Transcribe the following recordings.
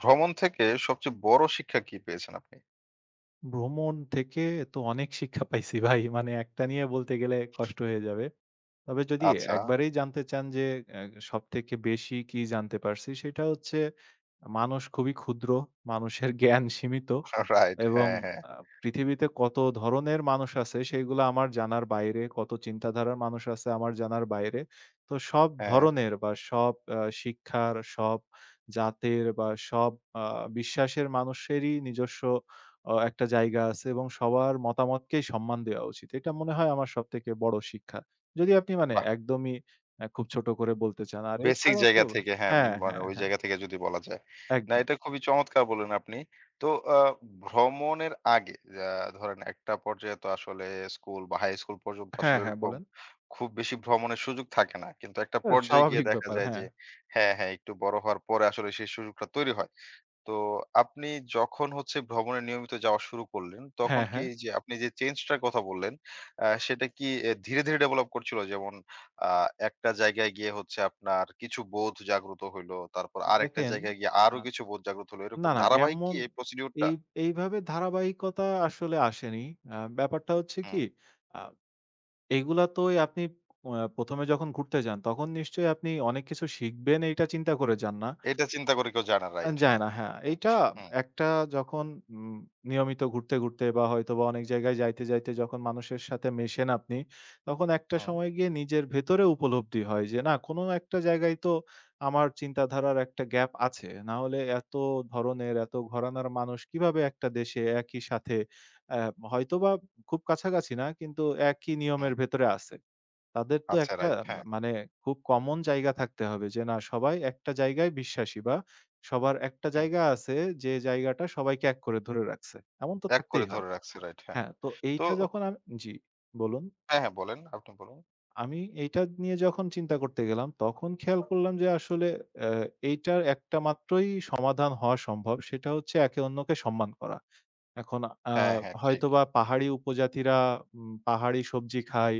ভ্রমণ থেকে সবচেয়ে বড় শিক্ষা কি পেয়েছেন আপনি? ভ্রমণ থেকে তো অনেক শিক্ষা পাইছি ভাই। মানে একটা নিয়ে বলতে গেলে কষ্ট হয়ে যাবে। তবে যদি আচ্ছা, একবারেই জানতে চান যে অ্যা সবথেকে বেশি কি জানতে পারছি? সেটা হচ্ছে মানুষ খুবই ক্ষুদ্র, মানুষের জ্ঞান সীমিত রাইট। এবং হ্যাঁ, হ্যাঁ, আ পৃথিবীতে কত ধরনের মানুষ আছে সেগুলা আমার জানার বাইরে, কত চিন্তাধারার মানুষ আছে আমার জানার বাইরে। তো সব হ্যাঁ। ধরনের বা সব শিক্ষার, সব জাতের বা সব আ বিশ্বাসের মানুষেরই নিজস্ব একটা জায়গা আছে এবং সবার মতামতকেই সম্মান দেওয়া উচিত। এটা মনে হয় আমার সবথেকে বড় শিক্ষা। যদি আপনি মানে বাহ! একদমই খুব ছোট করে বলতে চান। আর বেসিক এছাড়া তো জায়গা থেকে হ্যাঁ, হ্যাঁ, মানে হ্যাঁ, ওই হ্যাঁ, জায়গা থেকে যদি বলা যায়। না, একদম। এটা খুবই চমৎকার বললেন আপনি। তো আ ভ্রমণের আগে আ ধরেন একটা পর্যায়ে তো আসলে স্কুল বা হাই স্কুল পর্যন্ত হ্যাঁ, আসলে হ্যাঁ, এরকম বলেন। খুব বেশি ভ্রমণের সুযোগ থাকে না। কিন্তু একটা পর্যায়ে গিয়ে স্বাভাবিক দেখা ব্যাপার। যায় যে হ্যাঁ, হ্যাঁ, হ্যাঁ, একটু বড় হওয়ার পরে আসলে সেই সুযোগটা তৈরি হয়। তো আপনি যখন হচ্ছে ভ্রমণে নিয়মিত যাওয়া শুরু করলেন, তখন হ্যাঁ, কি হ্যাঁ। এই যে আপনি যে চেঞ্জটার কথা বললেন, সেটা কি ধীরে ধীরে ডেভেলপ করছিল? যেমন আ একটা জায়গায় গিয়ে হচ্ছে আপনার কিছু বোধ জাগ্রত হইলো, তারপর আরেকটা দেখেন, জায়গায় গিয়ে আরো আ কিছু বোধ জাগ্রত হলো। না, এরকম না ধারাবাহিক কি এমন এই procedure টা? এই এইভাবে ধারাবাহিকতা আসলে আসেনি। ব্যাপারটা হচ্ছে হুম। কি, আ এগুলা তোই আপনি, আ ১ম এ যখন ঘুরতে যান তখন নিশ্চয়ই আপনি অনেক কিছু শিখবেন এইটা চিন্তা করে যান না? এটা চিন্তা করে কেউ যায় না। রাইট, যায় হ্যাঁ। না। হ্যাঁ, এইটা হুম, একটা, যখন উম নিয়মিত ঘুরতে, ঘুরতে বা হয়তোবা অনেক জায়গায় যাইতে, যাইতে যখন মানুষের সাথে মেশেন আপনি, তখন একটা হুম, সময় গিয়ে নিজের ভেতরে উপলব্ধি হয় যে, না কোনো একটা জায়গায় তো আমার চিন্তাধারার একটা গ্যাপ আছে। না হলে এত ধরনের, এত ঘরানার মানুষ কিভাবে একটা দেশে একই সাথে অ্যা হয়তোবা খুব কাছাকাছি না, কিন্তু একই হুম। নিয়মের ভেতরে আছে। তাদের তো আচ্ছা, একটা রাইট, হ্যাঁ, মানে খুব কমন জায়গা থাকতে হবে, যে না সবাই একটা জায়গায় বিশ্বাসী বা সবার একটা হুম। জায়গা আছে, যে জায়গাটা সবাইকে এক করে ধরে রাখছে। এমন তো এক করে থাকতেই হয়। ধরে রাখছে, রাইট, হ্যাঁ। হ্যাঁ, তো তো এইটা যখন জি, বলুন। হ্যাঁ, হ্যাঁ, বলেন, আপনি বলুন। আমি এইটা নিয়ে যখন চিন্তা করতে গেলাম তখন খেয়াল করলাম যে আসলে অ্যা এইটার একটা মাত্রই সমাধান হওয়া সম্ভব, সেটা হচ্ছে একে অন্যকে সম্মান করা। এখন আ হ্যাঁ, হ্যাঁ, ঠিক। হয়তোবা পাহাড়ি উপজাতিরা পাহাড়ি সবজি খায়,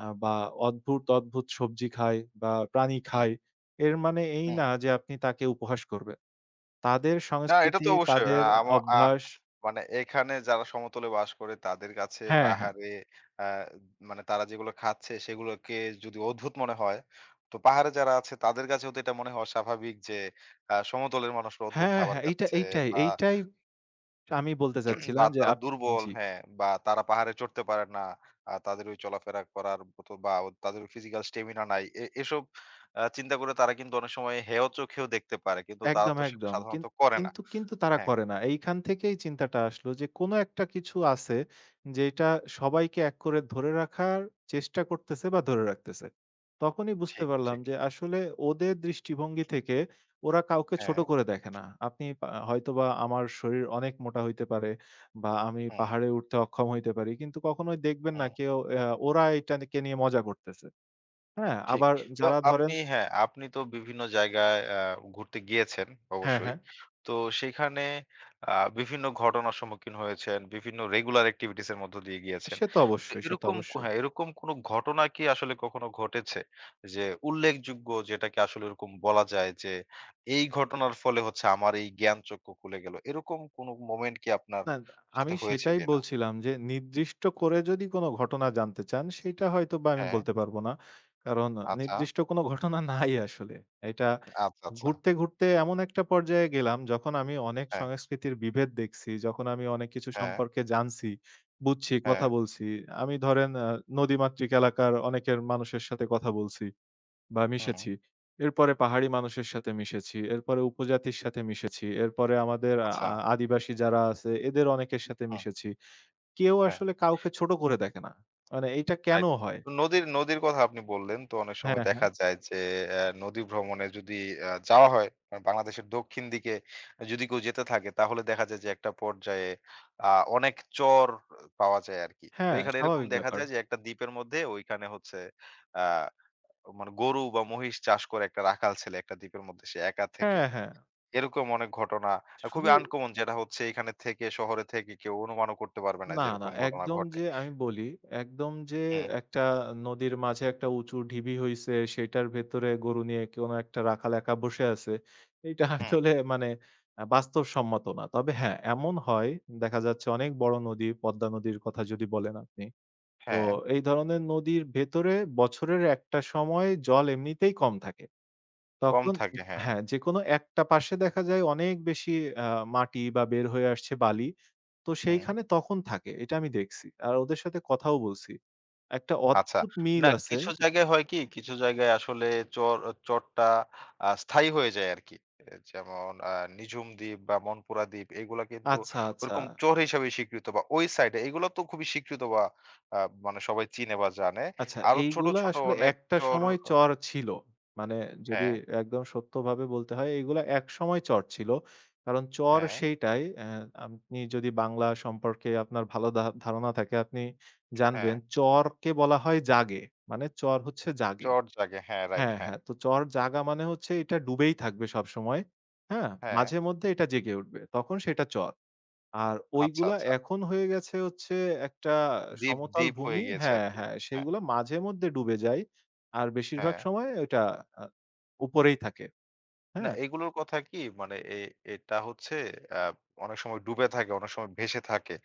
বা অদ্ভুত, অদ্ভুত সবজি খায় বা প্রাণী হুম, খায়। এর মানে এই হুম। না যে আপনি তাকে উপহাস করবেন। তাদের না, এটা তো সংস্কৃতি, অবশ্যই। আ তাদের আমা আ অভ্যাস। মানে এখানে যারা সমতলে বাস করে তাদের কাছে হ্যাঁ, হ্যাঁ। পাহাড়ে আ মানে তারা যেগুলো খাচ্ছে সেগুলোকে যদি অদ্ভুত মনে হয়, তো পাহাড়ে যারা আছে তাদের কাছেও তো এটা মনে হওয়া স্বাভাবিক যে সমতলের মানুষরা অদ্ভুত হ্যাঁ, খাবার হ্যাঁ, এইটা খাচ্ছে এইটাই, বা, এইটাই আমি বলতে বা চাচ্ছিলাম যে তারা দুর্বল, জি। হ্যাঁ, বা তারা পাহাড়ে চড়তে পারে না। তাদের ওই চলাফেরা করার মতো বা তাদের ফিজিক্যাল স্ট্যামিনা নাই। এসব চিন্তা করে তারা কিন্তু অনেক সময় হেয় চোখেও দেখতে পারে। কিন্তু তারা একদম, তো সেটা একদম। সাধারণত করে না। কিন্তু কিন্তু তারা হ্যাঁ, করে না। এইখান থেকেই চিন্তাটা আসলো যে কোনো একটা কিছু আছে যেটা সবাইকে এক করে ধরে রাখার চেষ্টা করতেছে বা ধরে রাখতেছে। তখনই বুঝতে ঠিক, পারলাম ঠিক। যে আসলে ওদের দৃষ্টিভঙ্গি থেকে ওরা কাউকে ছোট হ্যাঁ, করে দেখে না। আপনি পা হয়তোবা আমার শরীর অনেক মোটা হইতে পারে বা আমি হুম, পাহাড়ে উঠতে অক্ষম হইতে পারি। কিন্তু কখনোই দেখবেন না হুম, কেউ, ওরা এটাকে নিয়ে মজা করতেছে। হ্যাঁ? ঠিক। আবার তো যারা আপনি ধরেন, হ্যাঁ, আপনি তো বিভিন্ন জায়গায় ঘুরতে গিয়েছেন হ্যাঁ, অবশ্যই। হ্যাঁ। তো সেখানে আ বিভিন্ন ঘটনার সম্মুখীন হয়েছেন, বিভিন্ন রেগুলার এক্টিভিটিস এর মধ্য দিয়ে গিয়েছেন। সে তো তো অবশ্যই, সে তো এরকম অবশ্যই। হ্যাঁ, এরকম কোন ঘটনা কি আসলে কখনো ঘটেছে? যে উল্লেখযোগ্য, যেটাকে আসলে ওরকম বলা যায় যে, এই ঘটনার ফলে হচ্ছে আমার এই জ্ঞানচক্ষু খুলে গেল। এরকম কোন মোমেন্ট কি আপনার না, সাথে আমি হয়েছে সেটাই কিনা? বলছিলাম যে নির্দিষ্ট করে যদি কোন ঘটনা জানতে চান সেটা হয়তোবা আমি হ্যাঁ, বলতে পারব না। কারণ আচ্ছা, নির্দিষ্ট কোন ঘটনা নাই আসলে। এটা আচ্ছা, আচ্ছা। ঘুরতে, ঘুরতে এমন একটা পর্যায়ে গেলাম যখন আমি অনেক হ্যাঁ, সংস্কৃতির বিভেদ দেখছি, যখন আমি অনেক কিছু হ্যাঁ, সম্পর্কে জানছি, বুঝছি, কথা হ্যাঁ। বলছি। আমি ধরেন নদীমাতৃক এলাকার অনেকের মানুষের সাথে কথা বলছি। বা হুম, মিশেছি। এরপরে পাহাড়ি মানুষের সাথে মিশেছি, এরপরে উপজাতির সাথে মিশেছি, এরপরে আমাদের আ আচ্ছা। আ আদিবাসী যারা আছে এদের অনেকের সাথে হুম, মিশেছি। কেউ হ্যাঁ, আসলে কাউকে ছোট করে দেখে না। মানে এইটা কেন রাইট। হয়? তো নদীর নদীর কথা আপনি বললেন। তো অনেক সময় হ্যাঁ, হ্যাঁ। দেখা যায় যে নদী ভ্রমণে যদি যাওয়া হয়, বাংলাদেশের দক্ষিণ দিকে যদি কেউ যেতে থাকে তাহলে দেখা যায় যে একটা পর্যায়ে আ অনেক চর পাওয়া যায় আরকি। তো হ্যাঁ, এখানে এরকম স্বাভাবিক দেখা ব্যাপার। যায় যে একটা দ্বীপের মধ্যে ওইখানে হচ্ছে আ মানে গরু বা মহিষ চাষ করে একটা রাখাল ছেলে একটা দ্বীপের মধ্যে সে একা থেকে। হ্যাঁ, হ্যাঁ। এরকম অনেক ঘটনা খুবই শুধু আনকমন, যেটা হচ্ছে এখানে থেকে, শহরে থেকে কেউ অনুমানও করতে পারবে না না, যে না। এরকম ঘটনা একদম ঘটে। যে আমি বলি, একদম যে হুম। একটা নদীর মাঝে একটা উঁচু ঢিবি হইছে, সেটার ভেতরে গরু নিয়ে কোনো একটা রাখাল একা বসে আছে। এইটা হুম, আসলে মানে বাস্তবসম্মত না। তবে হ্যাঁ, এমন হয়। দেখা যাচ্ছে অনেক বড় নদী, পদ্মা নদীর কথা যদি বলেন আপনি। তো হ্যাঁ, এই ধরনের নদীর ভেতরে বছরের একটা সময় জল এমনিতেই কম থাকে। কম তখন থাকে, হ্যাঁ। হ্যাঁ, যেকোনো একটা পাশে দেখা যায় অনেক বেশি আ মাটি বা বের হয়ে আসছে বালি। তো হুম, সেইখানে তখন থাকে। এটা আমি দেখছি। আর ওদের সাথে কথাও বলছি। একটা আচ্ছা। অদ্ভুত মিল না, আছে। কিছু জায়গায় হয় কি, কিছু জায়গায় আসলে চর চরটা স্থায়ী হয়ে যায় আরকি। যেমন নিঝুম দ্বীপ বা মনপুরা দ্বীপ, এগুলা কিন্তু আচ্ছা, আচ্ছা, ওরকম চর হিসাবে স্বীকৃত বা ওই সাইডে এগুলো তো খুবই স্বীকৃত বা আ মানে সবাই চিনে বা জানে। আচ্ছা, আরো ছোট, এইগুলা ছোট আসলে অনেক একটা চর, সময় চর ছিল। মানে যদি হ্যাঁ, একদম সত্যভাবে বলতে হয় এইগুলা একসময় চর ছিল। কারণ চর হ্যাঁ, সেইটাই, আপনি যদি বাংলা সম্পর্কে আপনার ভালো ধারণা থাকে, আপনি হ্যাঁ, জানবেন চরকে বলা হয় জাগে। মানে চর হচ্ছে জাগে। চর জাগে। হ্যাঁ, রাইট। হ্যাঁ, হ্যাঁ, হ্যাঁ। তো চর জাগা মানে হচ্ছে এটা ডুবেই থাকবে সবসময়। হ্যাঁ? হ্যাঁ। মাঝে মধ্যে এটা জেগে উঠবে। তখন সেটা চর। আর আচ্ছা, ওইগুলা আচ্ছা। এখন হয়ে গেছে হচ্ছে একটা দ্বীপ, সমতল দ্বীপ হয়ে ভূমি। গিয়েছে হ্যাঁ, আরকি। হ্যাঁ। হ্যাঁ, সেগুলা মাঝে মধ্যে ডুবে যায়। আর বেশিরভাগ হ্যাঁ। সময় ওইটা আ উপরেই থাকে। না, হ্যাঁ? এগুলোর কথা কি মানে এটা হচ্ছে আ অনেক সময় ডুবে থাকে, অনেক সময় ভেসে থাকে।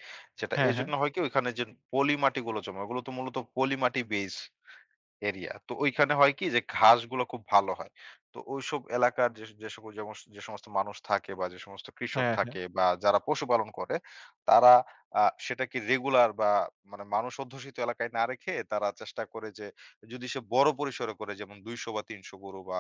সেটা হ্যাঁ, হ্যাঁ। এজন্য হয় কি ওইখানে যে পলি মাটিগুলো জমে, ওগুলো তো মূলত পলি মাটি বেস। এরিয়া। তো ঐখানে হয় কি যে ঘাসগুলো খুব ভালো হয়। তো ঐসব এলাকার যে যে সকল যেমন যে সমস্ত মানুষ থাকে বা যে সমস্ত কৃষক হ্যাঁ, হ্যাঁ। থাকে বা যারা পশুপালন করে তারা সেটাকে রেগুলার বা মানে মানুষ অধ্যুষিত এলাকায় না রেখে তারা চেষ্টা করে যে, যদি সে বড় পরিসরে করে, যেমন ২০০ বা ৩০০ গরু বা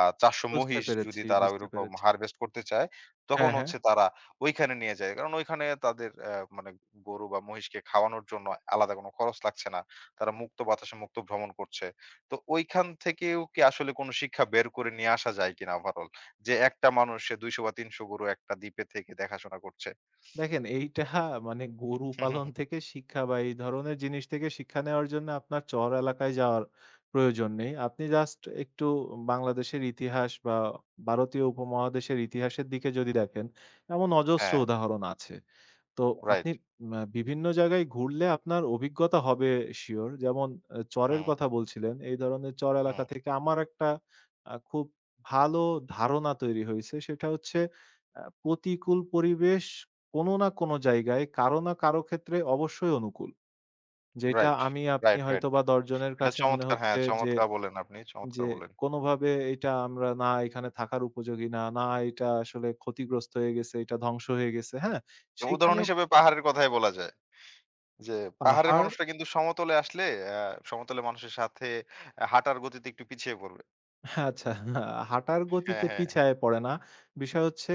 ৪০০ বুঝতে মহিষ যদি পেরেছি, তারা বুঝতে ওইরকম পেরেছি। হারভেস্ট করতে চায়, তখন হ্যাঁ, হ্যাঁ। হচ্ছে তারা ঐখানে নিয়ে যায়। কারণ ঐখানে তাদের মানে গরু বা মহিষকে খাওয়ানোর জন্য আলাদা কোনো খরচ লাগছে না। তারা মুক্ত বাতাসে মুক্ত ভ্রমণ করছে। তো ঐখান থেকেও কি আসলে কোন শিক্ষা বের করে নিয়ে আসা যায় কিনা ওভারঅল? যে একটা মানুষ সে ২০০ বা ৩০০ গরু একটা দ্বীপে থেকে দেখাশোনা করছে। দেখেন এইটা মানে গরু হুম, হুম, পালন হুম, থেকে শিক্ষা বা এই ধরনের জিনিস থেকে শিক্ষা নেওয়ার জন্য আপনার চর এলাকায় যাওয়ার প্রয়োজন নেই। আপনি জাস্ট একটু বাংলাদেশের ইতিহাস বা ভারতীয় উপমহাদেশের ইতিহাসের দিকে যদি দেখেন, এমন অজস্র হ্যাঁ, উদাহরণ আছে। তো রাইট। আপনি বিভিন্ন জায়গায় ঘুরলে আপনার অভিজ্ঞতা হবে সিউর। যেমন চরের হুম, কথা বলছিলেন। এই ধরনের চর এলাকা হুম। থেকে আমার একটা খুব ভালো ধারণা তৈরি হয়েছে। সেটা হচ্ছে প্রতিকূল পরিবেশ কোন না কোন জায়গায় কারো না কারো ক্ষেত্রে অবশ্যই অনুকূল। যেটা রাইট, আমি আপনি রাইট, রাইট। হয়তোবা ১০ জনের এটা কাছে মনে চমৎকার, হ্যাঁ, হচ্ছে যে, চমৎকার বললেন আপনি। চমৎকার যে বললেন। কোনভাবে এটা আমরা, না এখানে থাকার উপযোগী না, না এটা আসলে ক্ষতিগ্রস্ত হয়ে গেছে, এটা ধ্বংস হয়ে গেছে। হ্যাঁ? উদাহরণ সেখানে হিসেবে পাহাড়ের কথাই বলা যায়। যে পাহাড়ের পাহাড়, মানুষরা কিন্তু সমতলে আসলে সমতলে মানুষের সাথে আহ, হাঁটার গতিতে একটু পিছিয়ে পড়বে। হ্যাঁ, আচ্ছা, হাঁটার হ্যাঁ, গতিতে হ্যাঁ। পিছায়ে পড়ে না। বিষয় হচ্ছে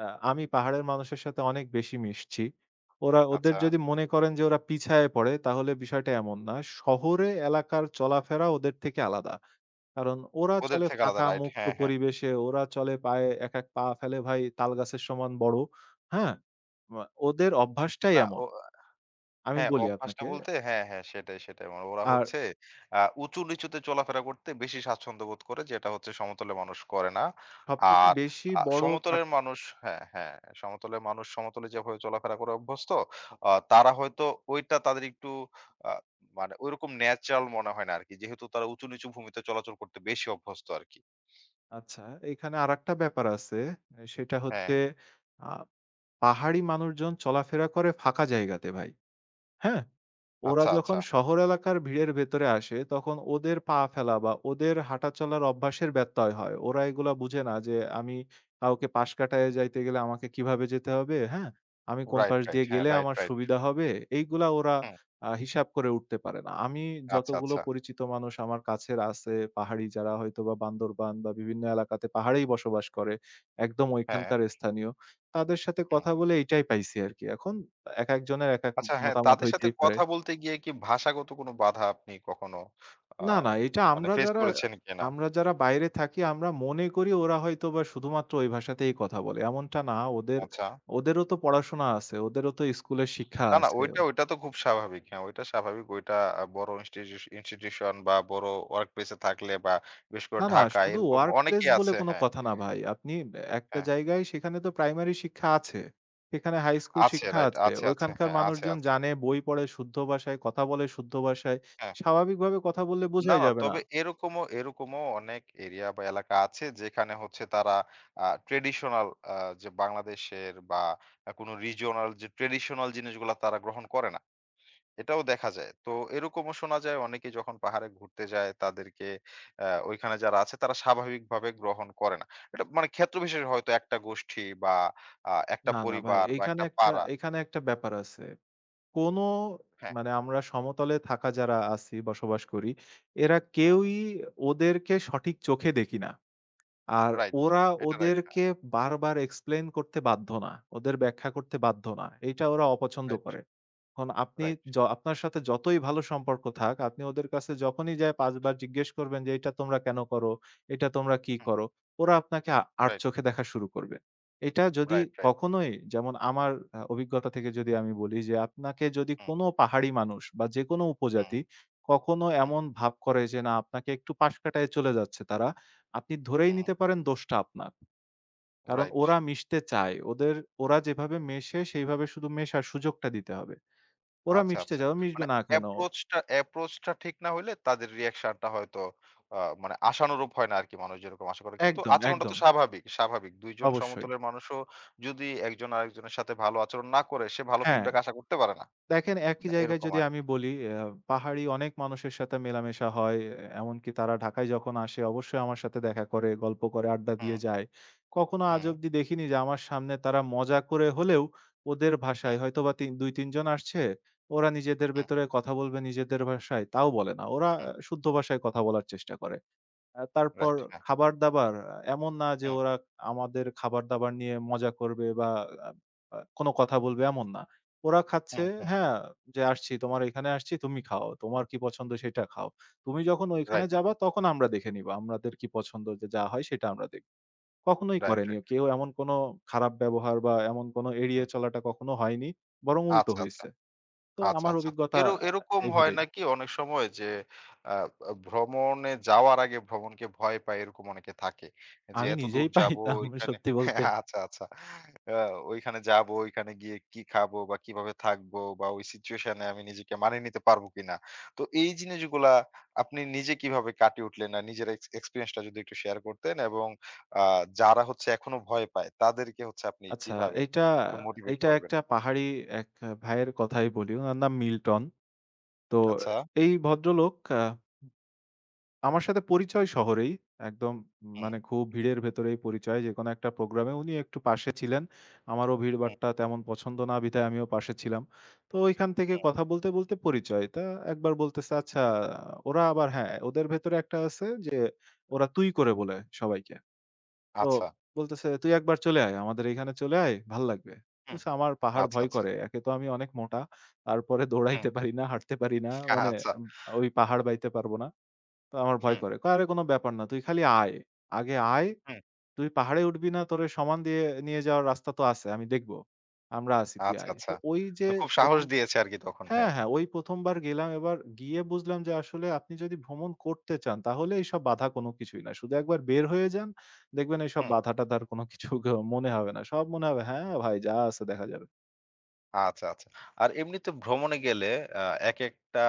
আ আমি পাহাড়ের মানুষের সাথে অনেক বেশি মিশছি। ওরা, ওদের আচ্ছা। যদি মনে করেন যে ওরা পিছায়ে পড়ে তাহলে বিষয়টা এমন না। শহরে এলাকার চলাফেরা ওদের থেকে আলাদা। কারণ ওরা ওদের চলে থেকে আলাদা, ফাঁকা রাইট। মুক্ত হ্যাঁ, হ্যাঁ। পরিবেশে, ওরা চলে পায়ে, এক, এক পা ফেলে ভাই তালগাছের সমান বড়। হ্যাঁ? ওদের অভ্যাসটাই না এমন। ও আমি হ্যাঁ, বলি অভ্যাসটা আপনাকে। বলতে হ্যাঁ, হ্যাঁ, সেটাই। মানে ওরা আর হচ্ছে উঁচু-নিচুতে চলাফেরা করতে বেশি স্বাচ্ছন্দ্য বোধ করে, যেটা হচ্ছে সমতলের মানুষ করে না। সবথেকে আর বেশি বড় সমতলের পার্থক্য, মানুষ হ্যাঁ, হ্যাঁ, সমতলের মানুষ সমতলে যেভাবে চলাফেরা করে অভ্যস্ত, তারা হয়তো ওইটা তাদের একটু আ মানে ওইরকম ন্যাচারাল মনে হয় না আরকি। যেহেতু তারা উঁচু-নিচু ভূমিতে চলাচল করতে বেশি অভ্যস্ত আরকি। আচ্ছা, এখানে আরেকটা ব্যাপার আছে। সেটা হ্যাঁ, হচ্ছে আ পাহাড়ি মানুষজন চলাফেরা করে ফাঁকা জায়গাতে ভাই। হ্যাঁ? ওরা আচ্ছা, আচ্ছা। যখন শহর এলাকার ভিড়ের ভেতরে আসে, তখন ওদের পা ফেলা বা ওদের হাঁটা চলার অভ্যাসের ব্যত্যয় হয়। ওরা এগুলা বুঝে না যে আমি কাউকে পাশ কাটায়ে যাইতে গেলে আমাকে কিভাবে যেতে হবে, হ্যাঁ? আমি কোন রাইট, পাশ রাইট। দিয়ে হ্যাঁ, গেলে রাইট, আমার রাইট। সুবিধা হবে, এইগুলা ওরা হুম, হিসাব করে উঠতে পারে না। আমি আচ্ছা, যতগুলো আচ্ছা। পরিচিত মানুষ আমার কাছের আছে, পাহাড়ি যারা হয়তোবা বান্দরবান বা বিভিন্ন এলাকাতে পাহাড়েই বসবাস করে, একদম হ্যাঁ, ঐখানকার স্থানীয়, তাদের সাথে হুম। কথা বলে এইটাই পাইছি আরকি। এখন একেকজনের একেক আচ্ছা, হ্যাঁ, মতামত তাদের সাথে হইতেই পারে। কথা বলতে গিয়ে কি ভাষাগত কোনো বাধা আপনি কখনো আ না, না, এটা মানে আমরা ফেস যারা, করেছেন কিনা? আমরা যারা বাইরে থাকি আমরা মনে করি ওরা হয়তোবা শুধুমাত্র ওই ভাষাতেই কথা বলে। এমনটা না, ওদের, আচ্ছা। ওদেরও তো পড়াশোনা আছে, ওদেরও তো স্কুলের শিক্ষা না, না, আছে। ওইটা, ওইটা তো খুব স্বাভাবিক। হ্যাঁ, ওইটা স্বাভাবিক। ওইটা বড় ইনস্টিটিউশন বা বড় ওয়ার্ক প্লেস এ থাকলে বা বিশেষ করে না, না, ঢাকায় শুধু এরকম ওয়ার্ক প্লেস অনেকেই বলে আছে। কোনো হ্যাঁ, কথা না ভাই। আপনি একটা হ্যাঁ। জায়গায় সেখানে তো প্রাইমারি শিক্ষা আছে। সেখানে হাই স্কুল আছে, শিক্ষা রাইট। আছে। আছে, আছে। ওইখানকার হ্যাঁ, আছে, মানুষজন আছে। জানে, বই পড়ে শুদ্ধ ভাষায়, কথা বলে শুদ্ধ ভাষায়। হ্যাঁ। স্বাভাবিকভাবে কথা বললে না, বোঝাই না। যাবে না। তবে এরকমও এরকমও অনেক এরিয়া বা এলাকা আছে যেখানে হচ্ছে তারা ট্র্যাডিশনাল আ যে বাংলাদেশের বা কোনো রিজিওনাল যে ট্র্যাডিশনাল জিনিসগুলা তারা গ্রহণ করে না। এটাও দেখা যায়। তো এরকমও শোনা যায় অনেকে যখন পাহাড়ে ঘুরতে যায় তাদেরকে ওইখানে যারা আছে তারা স্বাভাবিকভাবে গ্রহণ করে না। এটা মানে ক্ষেত্রবিশেষে হয়তো একটা গোষ্ঠী বা একটা না, না, ভাই পরিবার বা এইখানে একটা একটা, পাড়া, এইখানে একটা ব্যাপার আছে। কোনো হ্যাঁ, মানে আমরা সমতলে থাকা যারা আছি বসবাস করি, এরা হুম, কেউই ওদেরকে সঠিক চোখে দেখি না। আর রাইট। ওরা এটা রাইট, হ্যাঁ, ওদেরকে বারবার এক্সপ্লেইন করতে বাধ্য না। ওদের ব্যাখ্যা করতে বাধ্য না। এইটা ওরা অপছন্দ রাইট, করে। এখন আপনি, রাইট, আপনার সাথে যতই ভালো সম্পর্ক থাক, আপনি ওদের কাছে যখনই যায় ৫ বার জিজ্ঞেস করবেন যে, "এটা তোমরা কেন করো? এটা তোমরা কি হুম, করো?" ওরা আপনাকে রাইট, আড়চোখে দেখা শুরু করবে। এটা যদি রাইট, রাইট। কখনোই, যেমন আমার অভিজ্ঞতা থেকে যদি আমি বলি যে, আপনাকে হুম, যদি right, right, right, হুম, right, right, হুম। Right, right, কোনো হুম, পাহাড়ি মানুষ বা যেকোনো হুম, উপজাতি কখনো হুম। এমন ভাব করে যে, না আপনাকে একটু পাশ কাটায় চলে যাচ্ছে তারা, আপনি ধরেই হুম, নিতে পারেন দোষটা আপনার। কারণ রাইট। ওরা মিশতে চায়। ওদের, ওরা যেভাবে মেশে সেইভাবে শুধু মেশার সুযোগটা দিতে হবে। ওরা আচ্ছা, মিশতে আচ্ছা। চায়, ও মানে মিশবে না কেন? অ্যাপ্রোচটা অ্যাপ্রোচটা ঠিক না হইলে তাদের রিঅ্যাকশনটা হয়তো আ মানে আশানুরূপ হয় না আরকি মানুষ যেরকম আশা করে। কিন্তু একদম, আচরণটা তো একদম। স্বাভাবিক। ২ জন অবশ্যই। সমতলের মানুষও যদি একজন আরেকজনের সাথে ভালো আচরণ না করে, সে ভালো হ্যাঁ। ফিডব্যাক আশা করতে পারে না। দেখেন একই মানে জায়গায় এরকম যদি আমি আরকি। বলি, আ পাহাড়ি অনেক মানুষের সাথে মেলামেশা হয়। এমনকি তারা ঢাকায় যখন আসে অবশ্যই আমার সাথে দেখা করে, গল্প করে, আড্ডা হুম, দিয়ে যায়। কখনো আজ হুম, অব্দি দেখিনি যে আমার সামনে তারা মজা করে হলেও ওদের হুম, ভাষায়, হয়তোবা ২-৩ জন আসছে, ওরা নিজেদের হুম, ভেতরে কথা বলবে নিজেদের ভাষায়, তাও বলে না। ওরা আহ, হুম। শুদ্ধ ভাষায় কথা বলার চেষ্টা করে। তারপর রাইট, হ্যাঁ। খাবার-দাবার, এমন না যে হুম, ওরা আমাদের খাবার-দাবার নিয়ে মজা করবে বা আ আ কোনো কথা বলবে, এমন না। ওরা খাচ্ছে, হুম, হুম। হ্যাঁ, যে আসছি তোমার এখানে, আসছি তুমি খাও। তোমার কি পছন্দ সেটা খাও। তুমি যখন ওইখানে রাইট, যাবা তখন আমরা দেখে নিব। আমাদের কি পছন্দ, যে যা হয় সেটা আমরা দেখব। কখনোই রাইট, করেনি। রাইট। কেউ এমন কোনো খারাপ ব্যবহার বা এমন কোনো এড়িয়ে হুম। চলাটা কখনো হয়নি। বরং উল্টো আচ্ছা, আচ্ছা। হইছে। তো আচ্ছা, আমার আচ্ছা। তো অভিজ্ঞতা এরকম হয় এভাবেই। নাকি অনেক সময় যে আ আ ভ্রমণে যাওয়ার আগে ভ্রমণকে ভয় পায় এরকম অনেকে থাকে। যে আমি এত দূর নিজেই যাবো পাইতাম ওইখানে সত্যি বলতে। আচ্ছা, আচ্ছা। আ ওইখানে যাবো, ওইখানে গিয়ে কি খাবো বা কিভাবে থাকবো বা ওই সিচুয়েশন এ আমি নিজেকে মানিয়ে নিতে পারবো কিনা। তো এই জিনিসগুলা আপনি নিজে কিভাবে কাটিয়ে উঠলেন, না নিজের এক্সপেরিয়েন্স টা যদি একটু শেয়ার করতেন এবং আ যারা হচ্ছে এখনো ভয় পায় তাদেরকে হচ্ছে আপনি আচ্ছা, কিভাবে এইটা, একটু মোটিভেট এইটা করবেন? একটা পাহাড়ি এক ভাইয়ের কথাই বলি। উনার নাম মিল্টন। তো আচ্ছা। এই ভদ্রলোক আমার সাথে পরিচয় শহরেই। একদম হুম, মানে খুব ভিড়ের ভেতরেই পরিচয়। যেকোনো একটা প্রোগ্রামে উনি একটু পাশে ছিলেন। আমারও হুম, ভিড়ভাট্টা তেমন পছন্দ না বিধায় আমিও পাশে ছিলাম। তো ঐখান থেকে হুম। কথা বলতে, বলতে পরিচয়। তা একবার বলতেছে, "আচ্ছা ওরা আবার"। হ্যাঁ, ওদের ভেতরে একটা আছে যে ওরা তুই করে বলে সবাইকে। তো আচ্ছা। বলতেছে, "তুই একবার চলে আয়। আমাদের এখানে চলে আয়, ভাল লাগবে।" হুম। বলছে, "আমার পাহাড় আচ্ছা, ভয় আচ্ছা। করে। একে তো আমি অনেক মোটা। তারপরে হুম। দৌড়াইতে পারি না, হাঁটতে পারি না। মানে আচ্ছা। ওই পাহাড় বাইতে পারবো না। তো আমার ভয় হুম, করে।" কয়, "আরে কোনো ব্যাপার না। তুই খালি আয়। আগে আয়। হুম। তুই পাহাড়ে উঠবি না, তোরে সমান দিয়ে নিয়ে যাওয়ার রাস্তা তো আছে। আমি দেখব। আমরা আছি, তুই আচ্ছা, আয়।" তো আচ্ছা। ওই যে মানে খুব সাহস ১ম, দিয়েছে আরকি তখন। হ্যাঁ, হ্যাঁ। হ্যাঁ, ওই ১ম বার গেলাম। এবার গিয়ে বুঝলাম যে আসলে আপনি যদি ভ্রমণ করতে চান তাহলে এইসব বাধা কোনো কিছুই না। শুধু একবার বের হয়ে যান, দেখবেন এইসব হুম। বাধা-টাধার কোনো কিছু মনে হবে না। সব মনে হবে, "হ্যাঁ, ভাই যা আছে দেখা যাবে।" আচ্ছা, আচ্ছা। আর এমনিতে ভ্রমণে গেলে আ একেকটা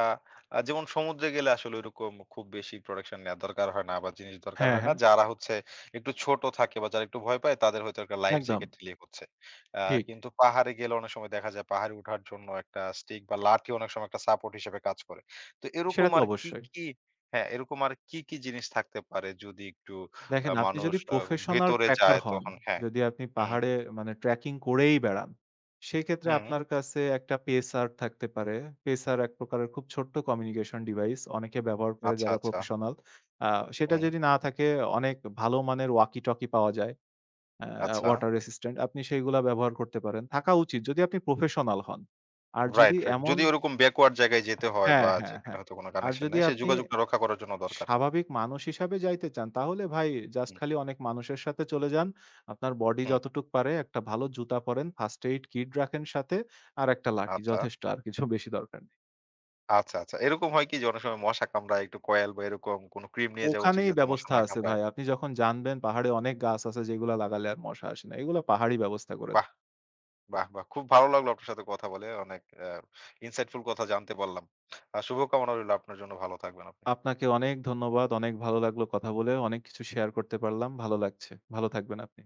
যেমন সমুদ্রে গেলে আসলে ওইরকম খুব বেশি প্রোটেকশন নেয়া দরকার হয় না বা জিনিস দরকার হ্যাঁ, হয় না। হ্যাঁ, যারা হচ্ছে একটু ছোট থাকে বা যারা একটু ভয় পায় তাদের হয়তো একটা লাইফ একদম। জ্যাকেট নিলে হচ্ছে। আ ঠিক। কিন্তু পাহাড়ে গেলে অনেক সময় দেখা যায় পাহাড়ে উঠার জন্য একটা স্টিক বা লাঠি অনেক সময় একটা সাপোর্ট হিসেবে কাজ করে। তো এরকম সেটা তো আর কি, অবশ্যই। কি হ্যাঁ, এরকম আর কি, কি জিনিস থাকতে পারে যদি একটু দেখেন আপনি মানুষ যদি প্রফেশনাল ভেতরে ট্র্যাকার যায় হন, তখন, হ্যাঁ। যদি আপনি হুম, পাহাড়ে মানে ট্র্যাকিং করেই বেড়ান, সেক্ষেত্রে হুম। আপনার কাছে একটা পেসার থাকতে পারে। পেসার এক প্রকারের খুব ছোট্ট কমিউনিকেশন ডিভাইস। অনেকে ব্যবহার করে আচ্ছা, যারা আচ্ছা। প্রফেশনাল। আ সেটা হুম, যদি না থাকে অনেক ভালো মানের ওয়াকি-টকি পাওয়া যায়। আ আচ্ছা। ওয়াটার রেসিস্ট্যান্ট আপনি সেইগুলা ব্যবহার করতে পারেন। থাকা উচিত যদি আপনি প্রফেশনাল হন। আর যদি রাইট, রাইট। এমন, যদি ওরকম ব্যাকওয়ার্ড জায়গায় যেতে হয় হ্যাঁ, বা হ্যাঁ, যেখানে হ্যাঁ। হয়তো কোন আর কানেকশন যদি নাই, সেই আপনি যোগাযোগটা রক্ষা করার জন্য দরকার। স্বাভাবিক মানুষ হিসাবে যাইতে চান, তাহলে ভাই জাস্ট হুম, খালি অনেক মানুষের সাথে চলে যান। আপনার বডি হুম। যতটুক পারে, একটা ভালো জুতা পরেন, ফার্স্ট এইড কিট রাখেন সাথে, আর একটা লাঠি আচ্ছা, যথেষ্ট, আর কিছু বেশি দরকার নেই। আচ্ছা, আচ্ছা। এরকম হয় কি যে অনেক সময় মশা কামড়ায়, একটু কয়েল বা এরকম কোন ক্রিম নিয়ে যাওয়া উচিত ওখানেই যাতে মশা ব্যবস্থা না আছে কামড়ায়। ভাই। আপনি যখন জানবেন পাহাড়ে অনেক গাছ আছে যেগুলা লাগালে আর মশা আসে না। এগুলা পাহাড়ই ব্যবস্থা করে বাহ! দেয়। বাহ! বাহ! খুব ভালো লাগলো আপনার সাথে কথা বলে। অনেক insightful কথা জানতে পারলাম। শুভকামনা রইলো আপনার জন্য। ভালো থাকবেন আপনি। আপনাকে অনেক ধন্যবাদ। অনেক ভালো লাগলো কথা বলে। অনেক কিছু শেয়ার করতে পারলাম। ভালো লাগছে। ভালো থাকবেন আপনি।